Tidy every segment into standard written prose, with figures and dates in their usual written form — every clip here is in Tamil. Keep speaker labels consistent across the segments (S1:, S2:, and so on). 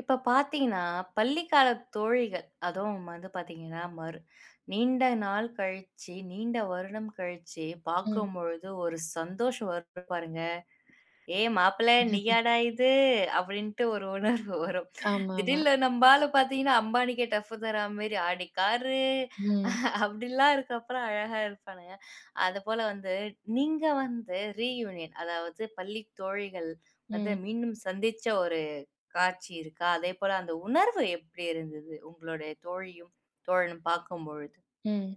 S1: இப்ப பார்த்தீங்கன்னா, பள்ளிக்கால தோழிகள், அதுவும் வந்து பார்த்தீங்கன்னா, நீண்ட நாள் கழிச்சு, நீண்ட வருடம் கழிச்சு
S2: ம்.
S1: பார்க்கும்பொழுது ஒரு சந்தோஷம் வரும் பாருங்க. "ஏய் மாப்பிள நீயாடா இது?" அப்படின்ட்டு ஒரு உணர்வு வரும்.
S2: ஆமாமா.
S1: திடீல்னு நம்பாளு பார்த்தீங்கன்னா, அம்பானிக்கே டஃப் தரா மாரி "அடி காரு"
S2: ம்,
S1: அப்படிலாம் இருக்கப்புறம் அழகா இருப்பானுங்க. அதுபோல வந்து நீங்க வந்து ரீயூனியன் அதாவது பள்ளி தோழிகள் வந்து
S2: ம்,
S1: மீண்டும் சந்திச்ச ஒரு காட்சி இருக்கா? அதேபோல அந்த உணர்வு எப்படி இருந்தது? உங்களுடைய தோழியும், தோழனும் பார்க்கும்பொழுது?
S2: ம்.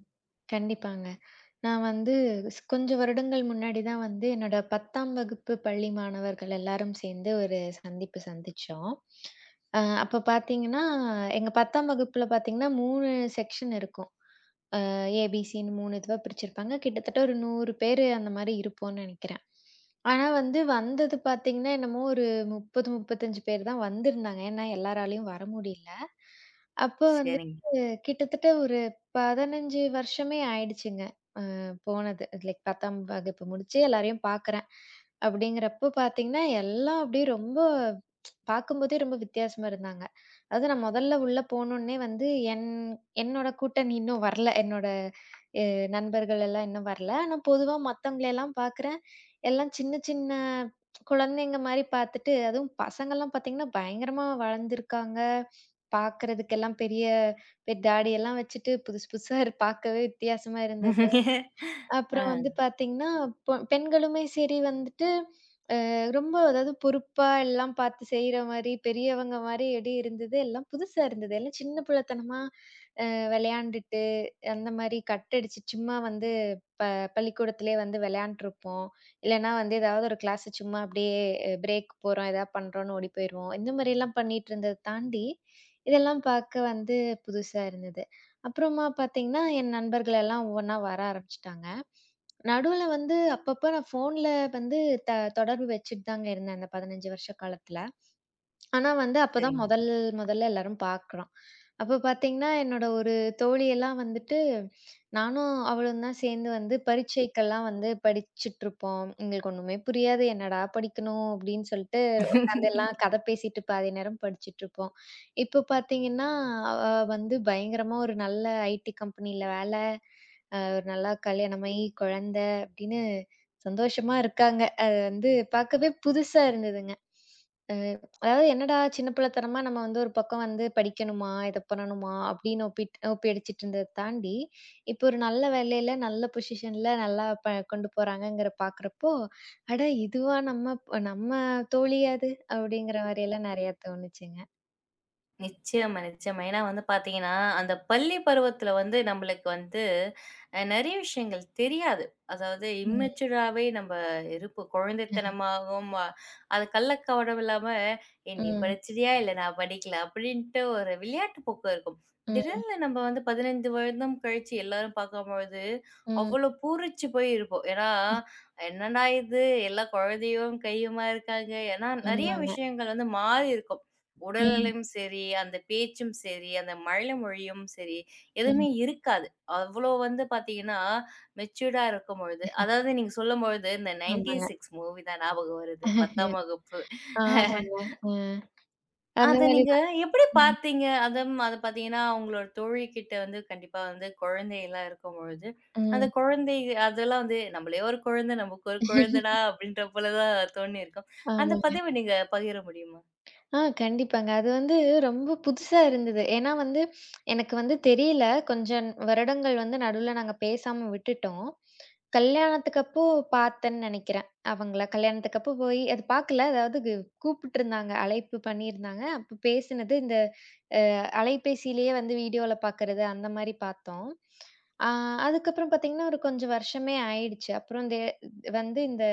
S2: கண்டிப்பாங்க. நான் வந்து கொஞ்சம் வருடங்கள் முன்னாடி தான் வந்து என்னோட 10ஆம் வகுப்பு பள்ளி மாணவர்கள் எல்லாரும் சேர்ந்து ஒரு சந்திப்பு சந்திச்சோம். அப்ப பார்த்தீங்கன்னா, எங்க 10ஆம் வகுப்புல பார்த்தீங்கன்னா 3 செக்ஷன் இருக்கும். ஏபிசின்னு 3 இதுவா பிரிச்சிருப்பாங்க. கிட்டத்தட்ட ஒரு 100 பேரு அந்த மாரி இருப்போம்ன்னு நெனைக்கிறேன். ஆனா வந்தது பார்த்தீங்கன்னா, என்னமோ ஒரு 30, 35 பேர் தான் வந்திருந்தாங்க. ஏன்னா எல்லாராலயும் வர முடியல. அப்போ வந்து
S1: சரிங்க.
S2: கிட்டத்தட்ட ஒரு 15 வருஷமே ஆயிடுச்சுங்க. அ போனது. லைக் 10ஆம் வகுப்பு முடிச்சு எல்லாரையும் பார்க்குறேன். அப்படிங்கிறப்போ பார்த்தீங்கன்னா, எல்லாம் அப்படியே ரொம்ப பார்க்கும்போதே ரொம்ப வித்தியாசமா இருந்தாங்க. அதாவது நான் முதல்ல உள்ள போனோனே வந்து என் என்னோட கூட்டணி இன்னும் வரல. என்னோட அ நண்பர்கள் எல்லாம் இன்னும் வரல. ஆனா பொதுவா மத்தவங்களையெல்லாம் பார்க்குறேன். எல்லாம் சின்ன சின்ன குழந்தைங்க மாரி பார்த்துட்டு, அதுவும் பசங்கலாம் பார்த்தீங்கன்னா, பயங்கரமா வளர்ந்துருக்காங்க. பார்க்குறதுக்கெல்லாம் பெரிய பெரிய தாடியெல்லாம் வச்சுட்டு புதுசு புதுசா பார்க்கவே வித்தியாசமா இருந்தது.
S1: ஆ,
S2: அப்புறம் வந்து பார்த்தீங்கன்னா, பெண்களுமே சரி வந்துட்டு, அ ரொம்ப அதாவது பொறுப்பா எல்லாம் பார்த்து செய்ற மாரி, பெரியவங்க மாரி எடி இருந்தது. எல்லாம் புதுசா இருந்தது. எல்லாம் சின்ன பிள்ளைத்தனமா அ விளையாண்டுட்டு, அந்த மாரி கட் அடிச்சு சும்மா வந்து ப பள்ளிக்கூடத்திலேயே வந்து விளையாண்ட்ருப்போம். இல்லன்னா வந்து ஏதாவது ஒரு கிளாஸ் சும்மா அப்படியே பிரேக் போறோம், ஏதாவது பண்றோம்ன்னு ஓடி போயிருவோம். இந்த மாரிலாம் பண்ணிட்டு இருந்தத தாண்டி, இதெல்லாம் பார்க்க வந்து புதுசா இருந்தது. அப்புறமா பார்த்தீங்கன்னா, என் நண்பர்கள் எல்லாம் ஒவ்வொன்னா வர ஆரம்பிச்சுட்டாங்க. நடுவுல வந்து அப்பப்ப நான் ஃபோன்ல வந்து த தொடர்பு வச்சுட்டு தாங்க இருந்தேன் அந்த 15 வருஷ காலத்துல. ஆனா வந்து அப்பதான்
S1: சரிங்க.
S2: முதல் முதல்ல எல்லாரும் பார்க்குறோம். அப்ப பார்த்தீங்கன்னா, என்னோட ஒரு தோழியெல்லாம் வந்துட்டு, நானும் அவளும் தான் சேர்ந்து வந்து பரீட்சைக்கெல்லாம் வந்து படிச்சுட்ருப்போம். எங்களுக்கு ஒண்ணுமே புரியாது. "என்னடா படிக்கணும்?" அப்படின்னு சொல்லிட்டு உட்காந்து எல்லாம் கதை பேசிட்டு பாதி நேரம் படிச்சுட்ருப்போம். இப்போ பார்த்தீங்கன்னா, அவ வந்து பயங்கரமா ஒரு நல்ல ஐடி கம்பெனில வேலை. ஒரு நல்லா கல்யாணமாயி, குழந்தை அப்படின்னு சந்தோஷமா இருக்காங்க. அது வந்து பார்க்கவே புதுசா இருந்ததுங்க. அ அதாவது என்னடா சின்ன பிள்ளைத்தனமா நம்ம வந்து ஒரு பக்கம் வந்து படிக்கணுமா, இத பண்ணணுமா அப்படின்னு ஒப்பி அடிச்சிட்டு இருந்தத தாண்டி, இப்போ ஒரு நல்ல வேலையில, நல்ல பொசிஷன்ல நல்லா கொண்டு போறாங்கங்கிற பார்க்குறப்போ, அட இதுவா நம்ம நம்ம தோழியா அது அப்படிங்கிற மாரியெல்லாம் நெறையா தோணுச்சுங்க.
S1: நிச்சயமா, நிச்சயமா. ஏன்னா வந்து பார்த்தீங்கன்னா, அந்த பள்ளி பருவத்தில வந்து நம்மளுக்கு வந்து நெறைய விஷயங்கள் தெரியாது. அதாவது
S2: ம்.
S1: இம்மெச்சூராவே நம்ம இருப்போம். குழந்தைத்தனமாகவும் அது கள்ளக்கபடம் இல்லாம, "ஏய் நீ
S2: ம்.
S1: படிச்சிட்டியா? இல்ல நான் படிக்கல." அப்படின்ட்டு ஒரு விளையாட்டு போக்கு இருக்கும்.
S2: ம்.
S1: திடீர்னு நம்ம வந்து 15 வருடம் கழிச்சு எல்லாரும் பார்க்கும்பொழுது,
S2: ம்.
S1: அவ்வளோ பூரிச்சு போய் இருப்போம். ஏன்னா,
S2: ம்.
S1: "என்னடா இது! எல்லா குழந்தையும் கையுமா இருக்காங்க." ஏன்னா நெறைய
S2: ஆமாங்க.
S1: விஷயங்கள் வந்து மாறி இருக்கும்.
S2: ம்.
S1: உடல்நிலையும் சரி, அந்த பேச்சும் சரி, அந்த மழலை மொழியும் சரி,
S2: ம்.
S1: எதுவுமே இருக்காது. அவ்வளோ வந்து பார்த்தீங்கன்னா, மெச்சூர்டா இருக்கும்பொழுது, அதாவது நீங்க சொல்லும்பொழுது இந்த
S2: ஆமாங்க.
S1: 96 மூவி தான் ஞாபகம் வருது. 10ஆம் வகுப்பு.
S2: ஆமாங்க. அ அந்த
S1: அத
S2: மாரி
S1: நீங்க
S2: தான்.
S1: எப்படி
S2: ம்.
S1: பார்த்தீங்க? அதுவும் அது பார்த்தீங்கன்னா, உங்களோட தோழிகிட்ட வந்து கண்டிப்பா வந்து குழந்தைலாம் இருக்கும்பொழுது, அந்த
S2: ம்.
S1: குழந்தை அதெல்லாம் வந்து நம்மளே ஒரு குழந்தை, நமக்கு ஒரு குழந்தைடா அப்படின்ற போல தான் தோணியிருக்கும். அந்த
S2: ஆமாங்க.
S1: பதிவ நீங்க பகிர முடியுமா?
S2: ஆ கண்டிப்பாங்க. அது வந்து ரொம்ப புதுசா இருந்தது. ஏன்னா வந்து எனக்கு வந்து தெரியல. கொஞ்சம் வருடங்கள் வந்து நடுவுல நாங்க பேசாம விட்டுட்டோம். கல்யாணத்துக்கு அப்போ பார்த்தேன்னு நெனைக்கிறேன். அவங்கள கல்யாணத்துக்கு அப்போ போய் அது பார்க்கல. அதாவது கூப்பிட்டுருந்தாங்க. அழைப்பு பண்ணியிருந்தாங்க. அப்ப பேசினது இந்த அலைபேசியிலேயே வந்து வீடியோல பார்க்கறது அந்த மாரி பார்த்தோம். ஆ அதுக்கப்புறம் பார்த்தீங்கன்னா, ஒரு கொஞ்சம் வருஷமே ஆயிடுச்சு. அப்புறம் இந்த வந்து இந்த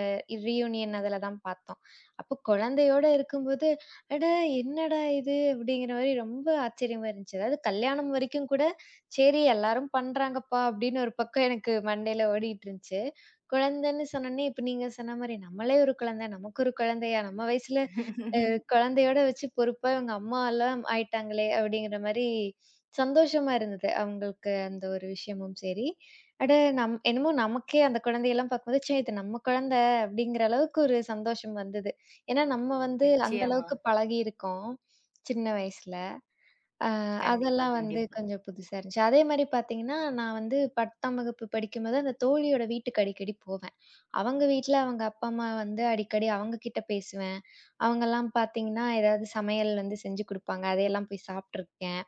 S2: ரீயூனியன் அதில தான் பார்த்தோம். அப்போ குழந்தையோட இருக்கும்போது, "அட என்னடா இது?" அப்படிங்கிற மாரி ரொம்ப ஆச்சரியமா இருந்துச்சு. அதாவது கல்யாணம் வரைக்கும் கூட, "சரி எல்லாரும் பண்றாங்கப்பா" அப்படின்னு ஒரு பக்கம் எனக்கு மண்டையில ஓடிட்டு இருந்துச்சு. குழந்தைன்னு சொன்னோனே, இப்ப நீங்க சொன்ன மாரி நம்மளே ஒரு குழந்தை, நமக்கு ஒரு குழந்தையா நம்ம வயசுல அ குழந்தையோட வச்சு பொறுப்பா இவங்க அம்மாலாம் ஆயிட்டாங்களே! அப்படிங்கிற மாரி சந்தோஷமா இருந்தது. அவங்களுக்கு அந்த ஒரு விஷயமும் சரி. அட நம் என்னமோ நமக்கே அந்த குழந்தையெல்லாம் பார்க்கும்போது, ச்சே! இது நம்ம குழந்தை அப்படிங்கிற அளவுக்கு ஒரு சந்தோஷம் வந்தது. ஏன்னா நம்ம வந்து அந்த
S1: நிச்சயமா.
S2: அளவுக்கு பழகியிருக்கோம், சின்ன வயசுல. அ
S1: கண்டிப்பா,
S2: அதெல்லாம் வந்து
S1: கண்டிப்பா.
S2: கொஞ்சம் புதுசா இருந்துச்சு. அதே மாரி பார்த்தீங்கன்னா, நான் வந்து 10ஆம் வகுப்பு படிக்கும்போது, அந்த தோழியோட வீட்டுக்கு அடிக்கடி போவேன். அவங்க வீட்ல அவங்க அப்பா, அம்மா வந்து அடிக்கடி அவங்க கிட்ட பேசுவேன். அவங்கலாம் பார்த்தீங்கன்னா, ஏதாவது சமையல் வந்து செஞ்சு குடுப்பாங்க. அதையெல்லாம் போய் சாப்ட்டுருக்கேன்.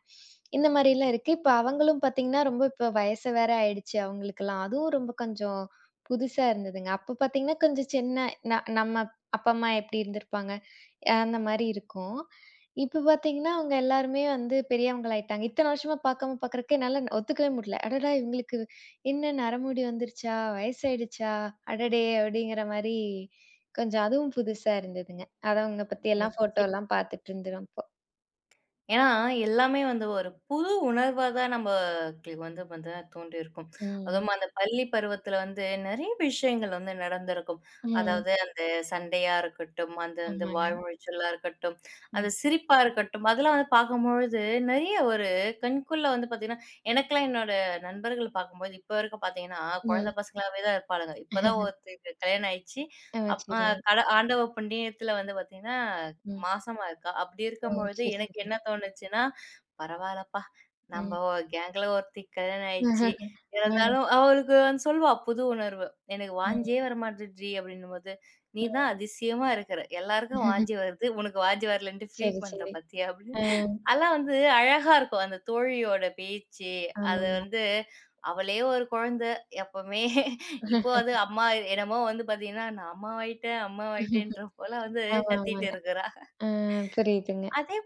S2: இந்த மாரிலாம் இருக்கு. இப்ப அவங்களும் பார்த்தீங்கன்னா, ரொம்ப இப்ப வயசு வேற ஆயிடுச்சு அவங்களுக்கெல்லாம். அதுவும் ரொம்ப கொஞ்சம் புதுசா இருந்ததுங்க. அப்ப பார்த்தீங்கன்னா, கொஞ்சம் சின்ன நம்ம அப்பா, அம்மா எப்டி இருந்திருப்பாங்க? அந்த மாரி இருக்கும். இப்ப பாத்தீங்கன்னா, அவங்க எல்லாருமே வந்து பெரியவங்களாயிட்டாங்க. இத்தன வருஷமா பாக்காம பாக்குறதுக்கு என்னால ஒத்துக்கவே முடியல. "அடடா! இவங்களுக்கு என்ன நரமுடி வந்துருச்சா? வயசாயிடுச்சா? அடடே!" அப்படிங்கிற மாரி கொஞ்சம் அதுவும் புதுசா இருந்ததுங்க. அத அவங்க பத்தி எல்லாம்
S1: நிச்சயம்.
S2: ஃபோட்டோலாம் பாத்துட்டு இருந்தோம் அப்போ.
S1: ஏன்னா, எல்லாமே வந்து ஒரு புது உணர்வா தான் நமக்கு வந்து வந்து தோன்றியிருக்கும்.
S2: ம்.
S1: அதுவும் அந்த பள்ளி பருவத்தில வந்து நெறைய விஷயங்கள் வந்து நடந்திருக்கும்.
S2: ம்.
S1: அதாவது அந்த சண்டையா இருக்கட்டும், அந்த அந்த
S2: ஆமாங்க.
S1: வாய்மொழிச்சலா இருக்கட்டும்,
S2: ம்.
S1: அந்த சிரிப்பா இருக்கட்டும், அதெல்லாம் வந்து பார்க்கும்பொழுது நெறைய ஒரு கண்குள்ள வந்து பார்த்தீங்கன்னா, எனக்கெல்லாம் என்னோட நண்பர்கள் பார்க்கும்போது இப்ப வரைக்கும் பார்த்தீங்கன்னா,
S2: ம்.
S1: குழந்தை பசங்களாவே தான் இருப்பாளுங்க. இப்ப தான் ஒருத்தருக்கு கல்யாணம் ஆயிடுச்சு.
S2: ஆ
S1: அப் அ
S2: சரிங்க.
S1: கட ஆண்டவ புண்ணியத்தில வந்து பார்த்தீங்கன்னா
S2: ம்.
S1: மாசமா இருக்கா. அப்படி
S2: ஓ!
S1: இருக்கும்பொழுது
S2: சரி,
S1: எனக்கு என்ன
S2: சரிங்க.
S1: தோணுச்சுன்னா, பரவால்லப்பா! நம்ப
S2: ம்.
S1: கேங்ல ஒருத்திக்கு கல்யாணம் ஆயிடுச்சு.
S2: ஆ.
S1: இருந்தாலும் அவளுக்கு வந்து சொல்வா புது உணர்வு. எனக்கு
S2: ம்.
S1: வாஞ்சியே வரமாட்டேன்டி அப்படின்னும்போது, "நீ தான் அதிசயமா இருக்கிற. எல்லாருக்கும்
S2: ம்.
S1: வாந்தி வருது. உனக்கு வாந்தி வரலன்ட்டு ஃபீல்
S2: சரி,
S1: பண்ற
S2: சரி.
S1: பாத்தியா?" அப்படின்னு.
S2: ஆ.
S1: அதெல்லாம் வந்து அழகா இருக்கும். அந்த தோழியோட பேச்சு, அது
S2: ஆமாங்க.
S1: வந்து அவளே ஒரு குழந்தை எப்பவுமே. இப்போ அது அம்மா என்னமோ வந்து பாத்தீங்கன்னா, நான் அம்மாவாயிட்டேன், அம்மாவாயிட்டேன்ற போல வந்து
S2: ஆமா,
S1: கத்திட்டு
S2: ஆமாங்க.
S1: இருக்கிறா.
S2: ஆ புரியுதுங்க.
S1: அதே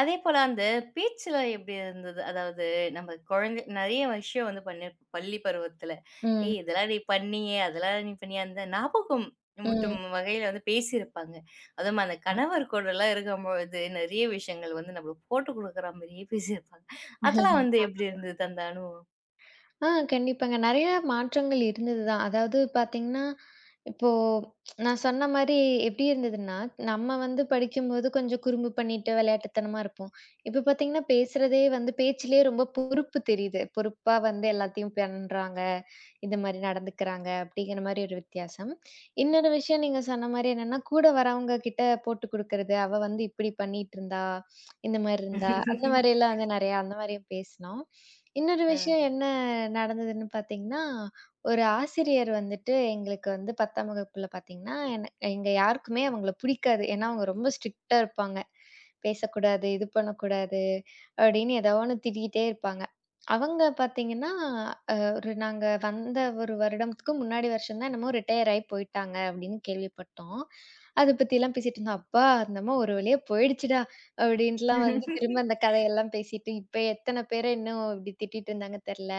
S1: அதே போல அந்த பேச்சுல எப்படி இருந்தது? அதாவது நம்ம குழந்தை நெறைய விஷயம் வந்து பண்ணிருப்போம் பள்ளி பருவத்துல.
S2: ம்,
S1: "ஏய் இதெல்லாம் நீ பண்ணியே! அதெல்லாம் நீ பண்ணியே!" அந்த ஞாபகம் மூட்டும்
S2: ம்.
S1: வகையில வந்து பேசியிருப்பாங்க. அதுவும் அந்த கணவர் கூடலாம் இருக்கும்பொழுது நெறைய விஷயங்கள் வந்து நம்மளுக்கு போட்டு குடுக்குற மாரியே பேசியிருப்பாங்க. அதெல்லாம் வந்து
S2: ஆமா.
S1: எப்படி இருந்தது அந்த அனுபவம்?
S2: ஆ கண்டிப்பாங்க. நெறைய மாற்றங்கள் இருந்தது தான். அதாவது பார்த்தீங்கன்னா, இப்போ நான் சொன்ன மாரி எப்டி இருந்ததுன்னா, நம்ம வந்து படிக்கும்போது கொஞ்சம் குறும்பு பண்ணிட்டு விளையாட்டுத்தனமா இருப்போம். இப்ப பார்த்தீங்கன்னா, பேசுறதே வந்து பேச்சிலேயே ரொம்ப பொறுப்பு தெரியுது. பொறுப்பா வந்து எல்லாத்தையும் பண்றாங்க. இந்த மாரி நடந்துக்கிறாங்க அப்டிங்கிற மாரி ஒரு வித்தியாசம். இன்னொரு விஷயம் நீங்க சொன்ன மாரி என்னன்னா, கூட வரவங்க கிட்ட போட்டு குடுக்குறது. அவ வந்து இப்டி பண்ணிட்டு இருந்தா, இந்த மாரி இருந்தா, அந்த மாரியெல்லாம் வந்து நெறையா அந்த மாரியும் பேசினோம். இன்னொரு
S1: அ.
S2: விஷயம் என்ன நடந்ததுன்னு பார்த்தீங்கன்னா, ஒரு ஆசிரியர் வந்துட்டு எங்களுக்கு வந்து 10ஆம் வகுப்புல பார்த்தீங்கன்னா, எங்க யாருக்குமே அவங்கள பிடிக்காது. ஏன்னா, அவங்க ரொம்ப ஸ்ட்ரிக்ட்டா இருப்பாங்க. பேசக்கூடாது, இது பண்ணக்கூடாது அப்படின்னு ஏதோ ஒண்ணு திட்டிக்கிட்டே இருப்பாங்க. அவங்க பார்த்தீங்கன்னா, ஒரு நாங்க வந்த ஒரு வருடத்துக்கு முன்னாடி வருஷம் தான் என்னமோ ரிட்டயர் ஆயி போயிட்டாங்க அப்படின்னு கேள்விப்பட்டோம். அத பத்திலாம் பேசிட்டு இருந்தோம். அப்பா! அந்த அம்மா ஒரு வழியா போயிடுச்சுடா! அப்படின்ட்டுலாம் வந்து திரும்ப அந்த கதையெல்லாம் பேசிட்டு, இப்ப எத்தன பேர இன்னும் இப்படி திட்டிட்டு இருந்தாங்க தெர்ல.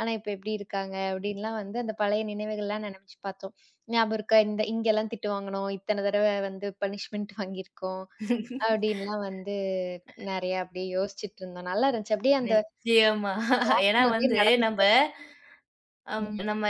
S2: ஆனா இப்ப எப்படி இருக்காங்க? அப்படின்லாம் வந்து அந்த பழைய நினைவுகள்லாம் நெனச்சு பார்த்தோம். ஞாபகம் இருக்கா? இந்த இங்கெல்லாம் திட்டு வாங்குனோம். இத்தன தடவ வந்து பனிஷ்மென்ட் வாங்கியிருக்கோம். அப்படின்லாம் வந்து நெறையா அப்படியே யோசிச்சுட்டு இருந்தோம். நல்லா இருந்துச்சு. அப்படியே அந்த
S1: நிச்சயமா. ஏன்னா
S2: வாசல்ல அப்படியே
S1: வந்து
S2: நடந்து
S1: நம்ப
S2: போறது.
S1: அம்
S2: ம்.
S1: நம்ம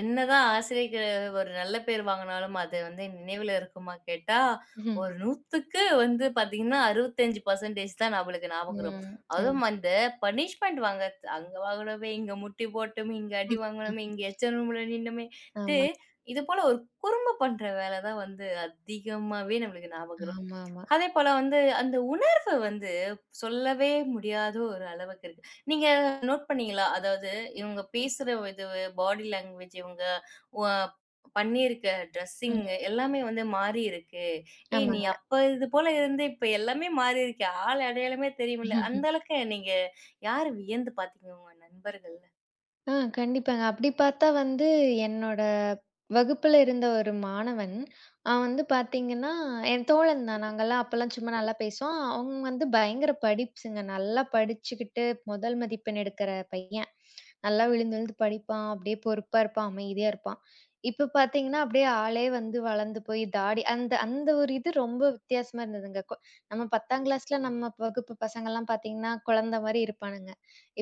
S1: என்னதான் ஆசிரியருக்கு ஒரு நல்ல பேர் வாங்குனாலும், அது வந்து நினைவுல இருக்குமா கேட்டா,
S2: ம்.
S1: ஒரு 100க்கு வந்து பார்த்தீங்கன்னா, 65% தான் நம்மளுக்கு ஞாபகம் வரும்.
S2: ம், ஆமா.
S1: அதுவும் அந்த பனிஷ்மென்ட் வாங்க அங்க வாங்குனோமே, இங்க முட்டி போட்டோமே, இங்க அடி
S2: ம், ம்.
S1: வாங்குனோமே, இங்க எச்சம் ரூம்ல நின்னோமேன்ட்டு,
S2: ஆமா.
S1: இது போல ஒரு குறும்பு பண்ற வேல தான் வந்து அதிகமாவே நம்மளுக்கு ஞாபகம் வரும்.
S2: ஆமா, ஆமா.
S1: அதே போல வந்து அந்த உணர்வு வந்து சொல்லவே முடியாத ஒரு அளவுக்கு இருக்கு. நீங்க நோட் பண்ணீங்களா? அதாவது இவங்க பேசுற இது பாடி லாங்குவேஜ் இவங்க ஒ பண்ணியிருக்க ட்ரெஸ்ஸிங்
S2: ம்.
S1: எல்லாமே வந்து மாறியிருக்கு. ஏய் நீ அப்ப இது போல இருந்து இப்ப எல்லாமே மாறியிருக்கே. ஆள் அடையாளமே தெரியவில்ல.
S2: ஆமாங்க.
S1: அந்த அளவுக்கு நீங்க யார வியந்து பார்த்தீங்க உங்க நண்பர்கள்ல?
S2: ஆ கண்டிப்பாங்க. அப்படி பார்த்தா வந்து என்னோட வகுப்புல இருந்த ஒரு மாணவன், அவன் வந்து பார்த்தீங்கன்னா, என் தோழன் தான். நாங்கலாம் அப்பலாம் சும்மா நல்லா பேசுவோம். அவன் வந்து பயங்கர படிப்புங்க. நல்லா படிச்சுக்கிட்டு முதல் மதிப்பெண் எடுக்கிற பையன். நல்லா விழுந்து விழுந்து படிப்பான். அப்படியே பொறுப்பா இருப்பான். அமைதியா இருப்பான். இப்ப பார்த்தீங்கன்னா, அப்படியே ஆளே வந்து வளர்ந்து போய் தாடி அந்த அந்த ஒரு இது ரொம்ப வித்தியாசமா இருந்ததுங்க. நம்ம 10ஆம் கிளாஸ்ல நம்ம வகுப்பு பசங்கலாம் பார்த்தீங்கன்னா, குழந்தை மாரி இருப்பானுங்க.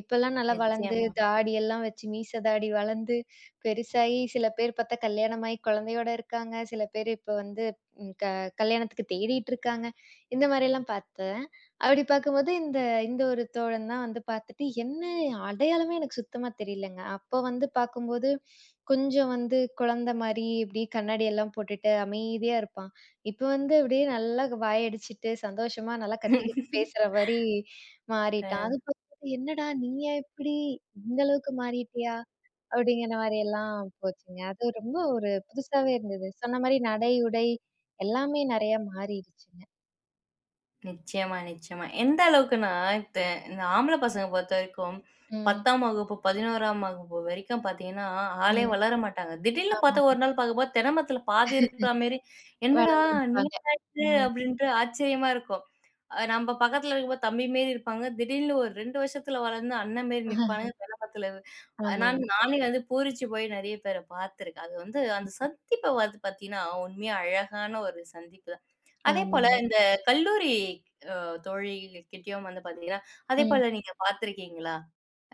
S2: இப்பல்லாம் நல்லா வளர்ந்து,
S1: நிச்சயமா.
S2: தாடி எல்லாம் வச்சு மீச தாடி வளர்ந்து, பெருசாயி சில பேர் பார்த்தா கல்யாணமாயி குழந்தையோட இருக்காங்க. சில பேர் இப்ப வந்து ம் க கல்யாணத்துக்கு தேடிட்டு இருக்காங்க. இந்த மாரிலாம் பார்த்தேன். அப்படி பார்க்கும்போது இந்த இந்த ஒரு தோழன் தான் வந்து பார்த்துட்டு, என்ன அடையாளமே எனக்கு சுத்தமா தெரியலங்க. அப்ப வந்து பார்க்கும்போது, கொஞ்சம் வந்து குழந்தை மாரி இப்படி கண்ணாடி எல்லாம் போட்டுட்டு அமைதியா இருப்பான். இப்ப வந்து அப்படியே நல்லா வாயடிச்சுட்டு, சந்தோஷமா நல்லா கத்தி கத்தி பேசுற மாரி மாறிட்டான். அது "என்னடா நீயா இப்படி இந்த அளவுக்கு மாறிட்டியா?" அப்படிங்கிற மாரி எல்லாம் போச்சுங்க. அது ரொம்ப ஒரு புதுசாவே இருந்தது. சொன்ன மாரி நடை, உடை எல்லாமே நெறையா மாறிடுச்சுங்க.
S1: நிச்சயமா, நிச்சயமா. எந்த அளவுக்குன்னா, இப்ப இந்த ஆம்பள பசங்க பொறுத்தவரைக்கும்
S2: ம்,
S1: 10ஆம் வகுப்பு, 11ஆம் வகுப்பு வரைக்கும் பார்த்தீங்கன்னா, ஆளே
S2: ம்.
S1: வளர மாட்டாங்க. திடீர்னு பார்த்தா
S2: ஆமாங்க.
S1: ஒரு நாள் பார்க்கும்போது, தென்னமரத்துல பாதி இருக்கிற மாரி, "என்னடா
S2: வளர்ந்து
S1: நீ
S2: நிப்பாங்க.
S1: என்னாச்சு?"
S2: ம்.
S1: அப்படின்ட்டு ஆச்சரியமா இருக்கும். நம்ப பக்கத்துல இருக்கும்போது தம்பி மாரி இருப்பாங்க. திடீர்னு ஒரு 2 வருஷத்துல வளர்ந்து அண்ணன் மாரி நிப்பானுங்க தென்னமரத்துல. அதனால
S2: ஆமாங்க,
S1: நானே வந்து பூரிச்சு போய் நெறைய பேர பார்த்துருக்கேன். அது வந்து அந்த சந்திப்ப வந்து பார்த்தீங்கன்னா, உண்மையா அழகான ஒரு சந்திப்பு தான். அதேபோல
S2: ஆமாங்க.
S1: இந்த கல்லூரி அ தோழிகிட்டயும் வந்து பார்த்தீங்கன்னா,
S2: ம்,
S1: அதேபோல நீங்க பார்த்திருக்கீங்களா?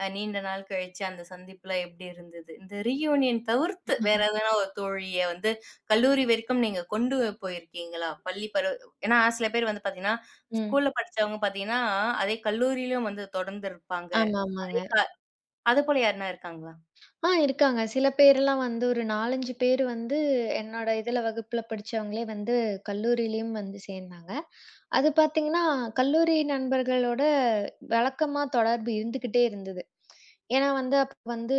S1: நீண்ட நாள் கழிச்சு அந்த சந்திப்புல எப்படி இருந்தது? இந்த ரீயூனியன் தவிர்த்து வேற எதனா ஒரு தோழிய வந்து கல்லூரி வரைக்கும் நீங்க கொண்டு போயிருக்கீங்களா? பள்ளி பருவ ஏன்னா சில பேர் வந்து பார்த்தீங்கன்னா,
S2: ம்.
S1: ஸ்கூல்ல படிச்சவங்க பார்த்தீங்கன்னா, அதே கல்லூரியிலும் வந்து தொடர்ந்து இருப்பாங்க.
S2: ஆமா, ஆமாங்க.
S1: அதே க அதுபோல யாருனா இருக்காங்களா?
S2: ஆ இருக்காங்க. சில பேர்லாம் வந்து ஒரு 4, 5 பேர் வந்து என்னோட இதுல வகுப்புல படிச்சவங்களே வந்து கல்லூரியிலயும் வந்து சேர்ந்தாங்க. அது பார்த்தீங்கன்னா, கல்லூரி நண்பர்களோட வழக்கமா தொடர்பு இருந்துகிட்டே இருந்தது. ஏன்னா வந்து, அப்ப வந்து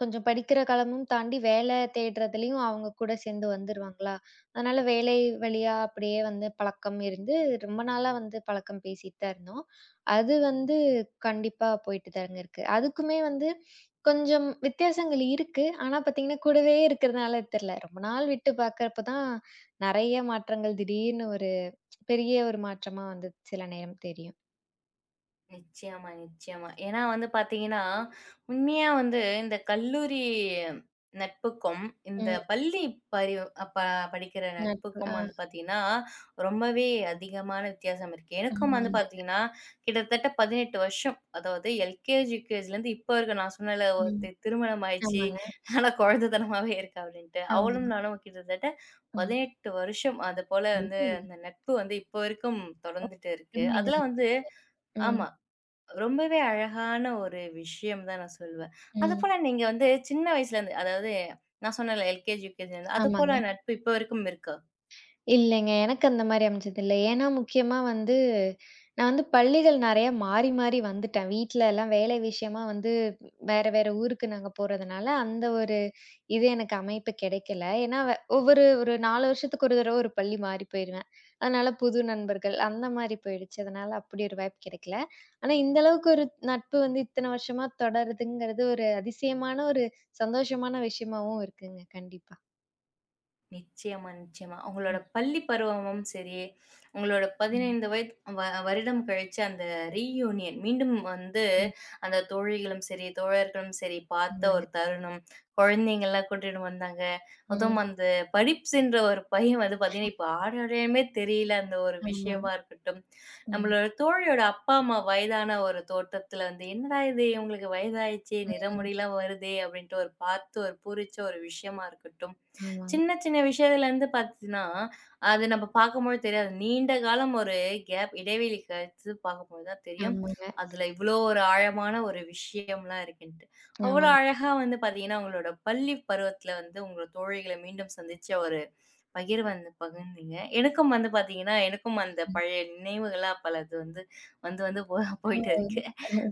S2: கொஞ்சம் படிக்கிற காலமும் தாண்டி வேலை தேடுறதுலயும் அவங்க கூட சேர்ந்து வந்துருவாங்களா, அதனால வேலை வழியா அப்படியே வந்து பழக்கம் இருந்து, ரொம்ப நாளா வந்து பழக்கம் பேசிட்டு தான் இருந்தோம். அது வந்து கண்டிப்பா போயிட்டு தாங்க இருக்கு. அதுக்குமே வந்து கொஞ்சம் வித்தியாசங்கள் இருக்கு. ஆனா பார்த்தீங்கன்னா, கூடவே இருக்கிறதுனால தெரில. ரொம்ப நாள் விட்டு பார்க்கறப்ப தான் நெறைய மாற்றங்கள் திடீர்னு ஒரு பெரிய ஒரு மாற்றமா வந்து சில நேரம் தெரியும்.
S1: நிச்சயமா, நிச்சயமா. ஏன்னா வந்து பார்த்தீங்கன்னா, உண்மையா வந்து இந்த கல்லூரி நட்புக்கும், இந்த
S2: ம்.
S1: பள்ளி பரி ப படிக்கிற
S2: நட்பு.
S1: நட்புக்கும்
S2: ஆ.
S1: வந்து பார்த்தீங்கன்னா, ரொம்பவே அதிகமான வித்தியாசம் இருக்கு. எனக்கும் வந்து
S2: ம்.
S1: பார்த்தீங்கன்னா, கிட்டத்தட்ட 18 வருஷம். அதாவது எல்கேஜி, யுகேஜிலேருந்து இப்போ வரைக்கும் நான் சொன்னேன்ல
S2: ம்.
S1: ஒருத்தி திருமணம் ஆயிடுச்சு.
S2: ஆமாங்க,
S1: ஆனா குழந்தைத்தனமாவே இருக்கா அப்படின்ட்டு. அவளும்
S2: ஆமாங்க.
S1: நானும் கிட்டத்தட்ட
S2: ம்.
S1: 18 வருஷம். அதுபோல
S2: ம்.
S1: வந்து அந்த நட்பு வந்து இப்போ வரைக்கும் தொடர்ந்துட்டு இருக்கு.
S2: அருமைங்க.
S1: அதுல வந்து ஆமா
S2: ம்.
S1: ரொம்பவே அழகான ஒரு விஷயம் தான் நான் சொல்லுவேன்.
S2: ம்.
S1: அதுபோல நீங்க வந்து சின்ன வயசுலேருந்து அதாவது நான் சொன்னேன்ல எல்கேஜி, யுகேஜிலேருந்து
S2: ஆமாங்க.
S1: அதுபோல நட்பு இப்ப வரைக்கும் இருக்கா?
S2: இல்லைங்க. எனக்கு அந்த மாரி அமைஞ்சதில்ல. ஏன்னா முக்கியமா வந்து நான் வந்து பள்ளிகள் நெறைய மாறி, மாறி வந்துட்டேன். வீட்ல எல்லாம் வேலை விஷயமா வந்து வேற, வேற ஊருக்கு நாங்க போறதுனால, அந்த ஒரு இது எனக்கு அமைப்பு கிடைக்கல. ஏன்னா ஒவ்வொரு ஒரு 4 வருஷத்துக்கு ஒரு தடவ ஒரு பள்ளி மாறி போயிருவேன். அதனால புது நண்பர்கள் அந்த மாரி போயிடுச்சு. அதனால அப்படி ஒரு வாய்ப்பு கிடைக்கல. ஆனா, இந்த அளவுக்கு ஒரு நட்பு வந்து இத்தன வருஷமா தொடருதுங்கிறது ஒரு அதிசயமான ஒரு சந்தோஷமான விஷயமாவும் இருக்குங்க. கண்டிப்பா.
S1: நிச்சயமா, நிச்சயமா. உங்களோட
S2: ம்,
S1: பள்ளி பருவமும் சரி, உங்களோட
S2: ம்,
S1: 15 வயது வருடம் கழிச்சு அந்த ரீயூனியன் மீண்டும் வந்து
S2: ம்.
S1: அந்த தோழிகளும் சரி, தோழர்களும் சரி பார்த்த
S2: ஆமாங்க.
S1: ஒரு தருணம். குழந்தைங்கலாம் கூட்டிட்டு வந்தாங்க. அதுவும்
S2: ம்.
S1: அந்த படிப்ஸ்ன்ற ஒரு பையன் வந்து பார்த்தீங்கன்னா, இப்ப ஆளடையாமே தெரியல அந்த ஒரு
S2: ஆமா.
S1: விஷயமா இருக்கட்டும்.
S2: ம்.
S1: நம்மளோட தோழியோட அப்பா, அம்மா வயதான ஒரு தோற்றத்துல வந்து, "என்னடா இது இவங்களுக்கு வயதாயிடுச்சே நிற
S2: ம்.
S1: முடியெல்லாம் வருதே!" அப்படின்ட்டு ஒரு பார்த்து ஒரு பூரிச்ச ஒரு விஷயமா இருக்கட்டும்.
S2: ஆமாங்க.
S1: சின்ன, சின்ன விஷயத்துலருந்து பார்த்தீங்கன்னா, அது நம்ம பார்க்கும்போது தெரியாது. நீண்ட காலம் ஒரு கேப் இடைவெளி கழித்து பார்க்கும்போது தான் தெரியும்.
S2: ஆமாங்க.
S1: அதில இவ்வளோ ஒரு ஆழமான ஒரு விஷயம்லாம் இருக்குன்ட்டு.
S2: ஆமாங்க.
S1: அவ்வளோ
S2: ஆமாங்க.
S1: அழகா வந்து பார்த்தீங்கன்னா, உங்களோட பள்ளி பருவத்தில வந்து உங்களோட தோழிகள மீண்டும் சந்திச்ச ஒரு பகிர்வு வந்து பகிர்ந்தீங்க. எனக்கும் வந்து பார்த்தீங்கன்னா, எனக்கும் அந்த
S2: ம்.
S1: பழைய நினைவுகள்லாம் பலது வந்து வந்து வந்து போ போயிட்டு இருக்கு.
S2: ஓ!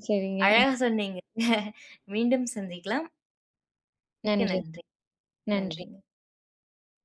S2: சரிங்க.
S1: அழகா சொன்னீங்க. மீண்டும் சந்திக்கலாம். மிக்க
S2: நன்றி.
S1: நன்றி.
S2: நன்றி.
S1: நன்றிங்க.